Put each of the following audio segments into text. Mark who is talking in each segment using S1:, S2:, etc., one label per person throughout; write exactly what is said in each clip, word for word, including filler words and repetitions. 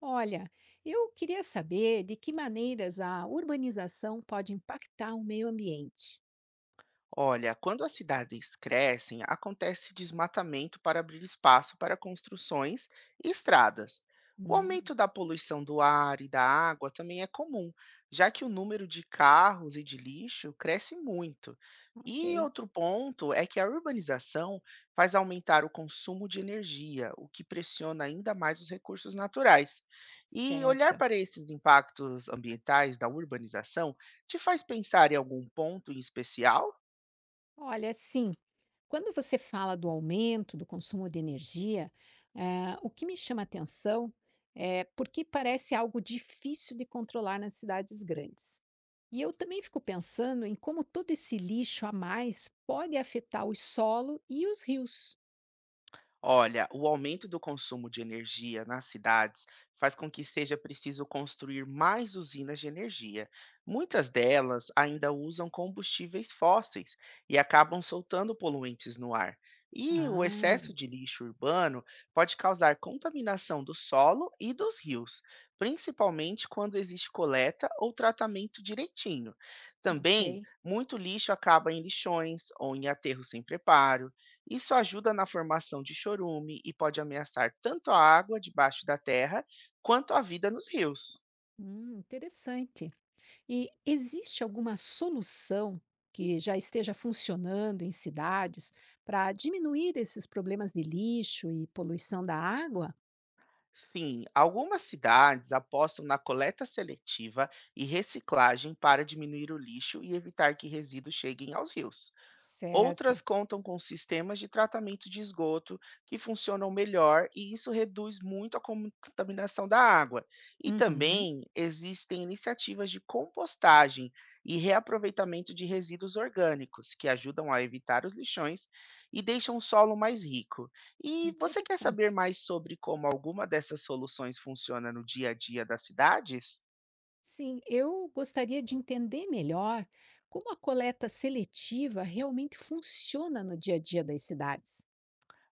S1: Olha, eu queria saber de que maneiras a urbanização pode impactar o meio ambiente.
S2: Olha, quando as cidades crescem, acontece desmatamento para abrir espaço para construções e estradas. O
S1: Hum,
S2: aumento da poluição do ar e da água também é comum, já que o número de carros e de lixo cresce muito. E
S1: Ok,
S2: outro ponto é que a urbanização faz aumentar o consumo de energia, o que pressiona ainda mais os recursos naturais. E olhar
S1: certo.
S2: para esses impactos ambientais da urbanização te faz pensar em algum ponto em especial?
S1: Olha, sim, quando você fala do aumento do consumo de energia, eh, o que me chama a atenção é porque parece algo difícil de controlar nas cidades grandes. E eu também fico pensando em como todo esse lixo a mais pode afetar o solo e os rios.
S2: Olha, o aumento do consumo de energia nas cidades faz com que seja preciso construir mais usinas de energia. Muitas delas ainda usam combustíveis fósseis e acabam soltando poluentes no ar. E o
S1: Ah,
S2: excesso de lixo urbano pode causar contaminação do solo e dos rios, principalmente quando existe coleta ou tratamento direitinho. Também,
S1: ok.
S2: muito lixo acaba em lixões ou em aterros sem preparo, isso ajuda na formação de chorume e pode ameaçar tanto a água debaixo da terra quanto a vida nos rios.
S1: Hum, interessante. E existe alguma solução que já esteja funcionando em cidades para diminuir esses problemas de lixo e poluição da água?
S2: Sim, algumas cidades apostam na coleta seletiva e reciclagem para diminuir o lixo e evitar que resíduos cheguem aos rios. Outras
S1: Certa.
S2: contam com sistemas de tratamento de esgoto que funcionam melhor e isso reduz muito a comu- contaminação da água. E
S1: Uhum,
S2: também existem iniciativas de compostagem e reaproveitamento de resíduos orgânicos que ajudam a evitar os lixões e deixam o solo mais rico. E você quer saber
S1: interessante.
S2: mais sobre como alguma dessas soluções funciona no dia a dia das cidades?
S1: Sim, eu gostaria de entender melhor como a coleta seletiva realmente funciona no dia a dia das cidades.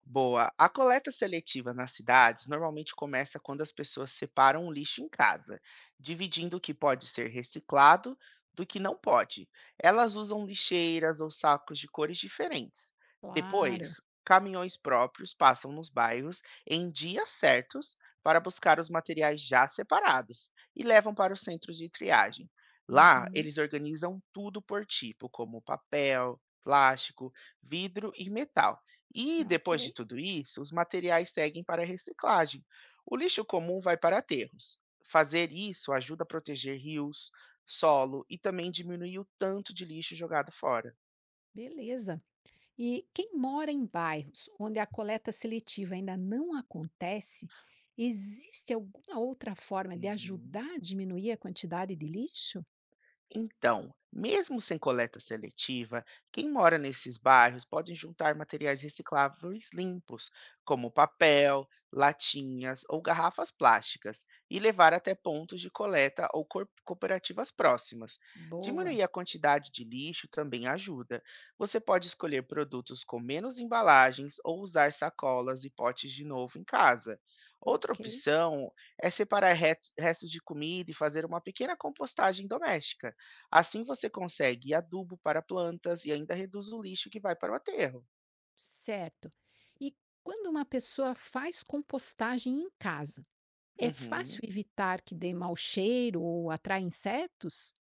S2: Boa. A coleta seletiva nas cidades normalmente começa quando as pessoas separam o lixo em casa, dividindo o que pode ser reciclado do que não pode. Elas usam lixeiras ou sacos de cores diferentes.
S1: Claro.
S2: Depois, caminhões próprios passam nos bairros em dias certos para buscar os materiais já separados e levam para o centro de triagem. Lá,
S1: Uhum,
S2: eles organizam tudo por tipo, como papel, plástico, vidro e metal e,
S1: ok,
S2: depois de tudo isso, os materiais seguem para a reciclagem. O lixo comum vai para aterros. Fazer isso ajuda a proteger rios, solo e também diminuir o tanto de lixo jogado fora.
S1: beleza. E quem mora em bairros onde a coleta seletiva ainda não acontece, existe alguma outra forma de
S2: Uhum.
S1: ajudar a diminuir a quantidade de lixo?
S2: Então, mesmo sem coleta seletiva, quem mora nesses bairros pode juntar materiais recicláveis limpos, como papel, latinhas ou garrafas plásticas, e levar até pontos de coleta ou cor- cooperativas próximas.
S1: Boa,
S2: Diminuir a quantidade de lixo também ajuda. Você pode escolher produtos com menos embalagens ou usar sacolas e potes de novo em casa. Outra
S1: ok,
S2: opção é separar ret- restos de comida e fazer uma pequena compostagem doméstica. Assim você consegue adubo para plantas e ainda reduz o lixo que vai para o aterro.
S1: certo. E quando uma pessoa faz compostagem em casa, é fácil
S2: Uhum.
S1: evitar que dê mau cheiro ou atrai insetos?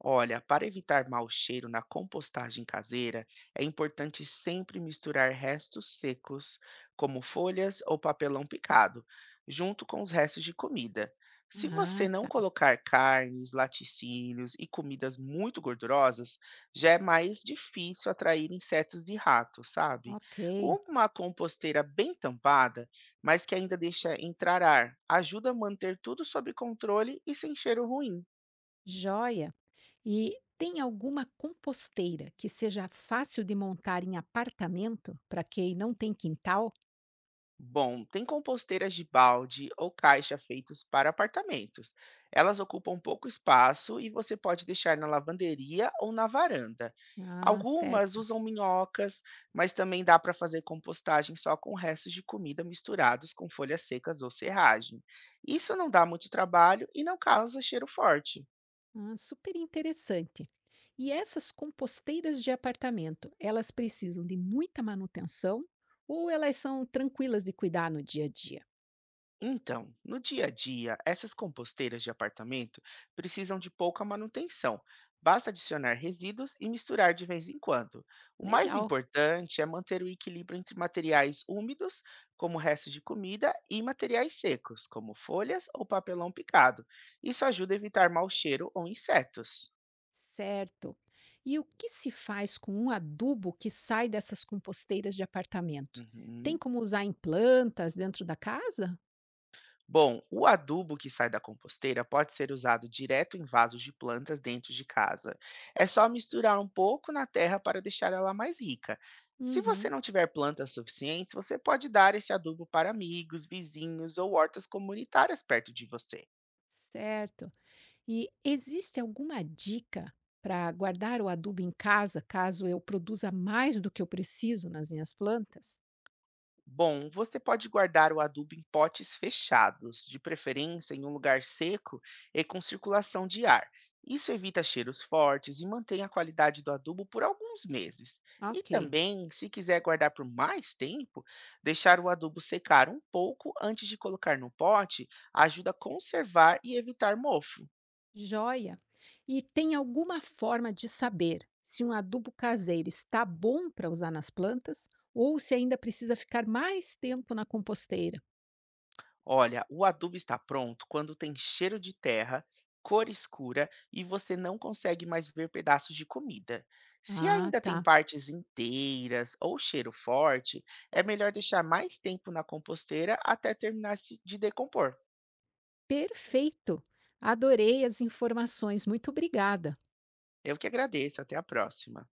S2: Olha, para evitar mau cheiro na compostagem caseira, é importante sempre misturar restos secos, como folhas ou papelão picado, junto com os restos de comida. Se
S1: Ah,
S2: você não
S1: tá,
S2: colocar carnes, laticínios e comidas muito gordurosas, já é mais difícil atrair insetos e ratos, sabe?
S1: ok,
S2: Uma composteira bem tampada, mas que ainda deixa entrar ar, ajuda a manter tudo sob controle e sem cheiro ruim.
S1: joia. E tem alguma composteira que seja fácil de montar em apartamento para quem não tem quintal?
S2: Bom, tem composteiras de balde ou caixa feitos para apartamentos. Elas ocupam pouco espaço e você pode deixar na lavanderia ou na varanda.
S1: Ah,
S2: Algumas
S1: certo.
S2: usam minhocas, mas também dá para fazer compostagem só com restos de comida misturados com folhas secas ou serragem. Isso não dá muito trabalho e não causa cheiro forte.
S1: Ah, super interessante. E essas composteiras de apartamento, elas precisam de muita manutenção ou elas são tranquilas de cuidar no dia a dia?
S2: Então, no dia a dia, essas composteiras de apartamento precisam de pouca manutenção. Basta adicionar resíduos e misturar de vez em quando. O mais
S1: Legal,
S2: importante é manter o equilíbrio entre materiais úmidos, como restos de comida, e materiais secos, como folhas ou papelão picado. Isso ajuda a evitar mau cheiro ou insetos.
S1: certo. E o que se faz com um adubo que sai dessas composteiras de apartamento? Tem
S2: Uhum.
S1: como usar em plantas dentro da casa?
S2: Bom, o adubo que sai da composteira pode ser usado direto em vasos de plantas dentro de casa. É só misturar um pouco na terra para deixar ela mais rica. Se você
S1: Uhum,
S2: não tiver plantas suficientes, você pode dar esse adubo para amigos, vizinhos ou hortas comunitárias perto de você.
S1: certo. E existe alguma dica para guardar o adubo em casa caso eu produza mais do que eu preciso nas minhas plantas?
S2: Bom, você pode guardar o adubo em potes fechados, de preferência em um lugar seco e com circulação de ar. Isso evita cheiros fortes e mantém a qualidade do adubo por alguns meses. E
S1: Ok,
S2: também, se quiser guardar por mais tempo, deixar o adubo secar um pouco antes de colocar no pote ajuda a conservar e evitar mofo.
S1: joia! E tem alguma forma de saber se um adubo caseiro está bom para usar nas plantas ou se ainda precisa ficar mais tempo na composteira?
S2: Olha, o adubo está pronto quando tem cheiro de terra, cor escura e você não consegue mais ver pedaços de comida. Se
S1: Ah,
S2: ainda tem
S1: tá.
S2: partes inteiras ou cheiro forte, é melhor deixar mais tempo na composteira até terminar se- de decompor.
S1: Perfeito! Adorei as informações, muito obrigada.
S2: Eu que agradeço, até a próxima.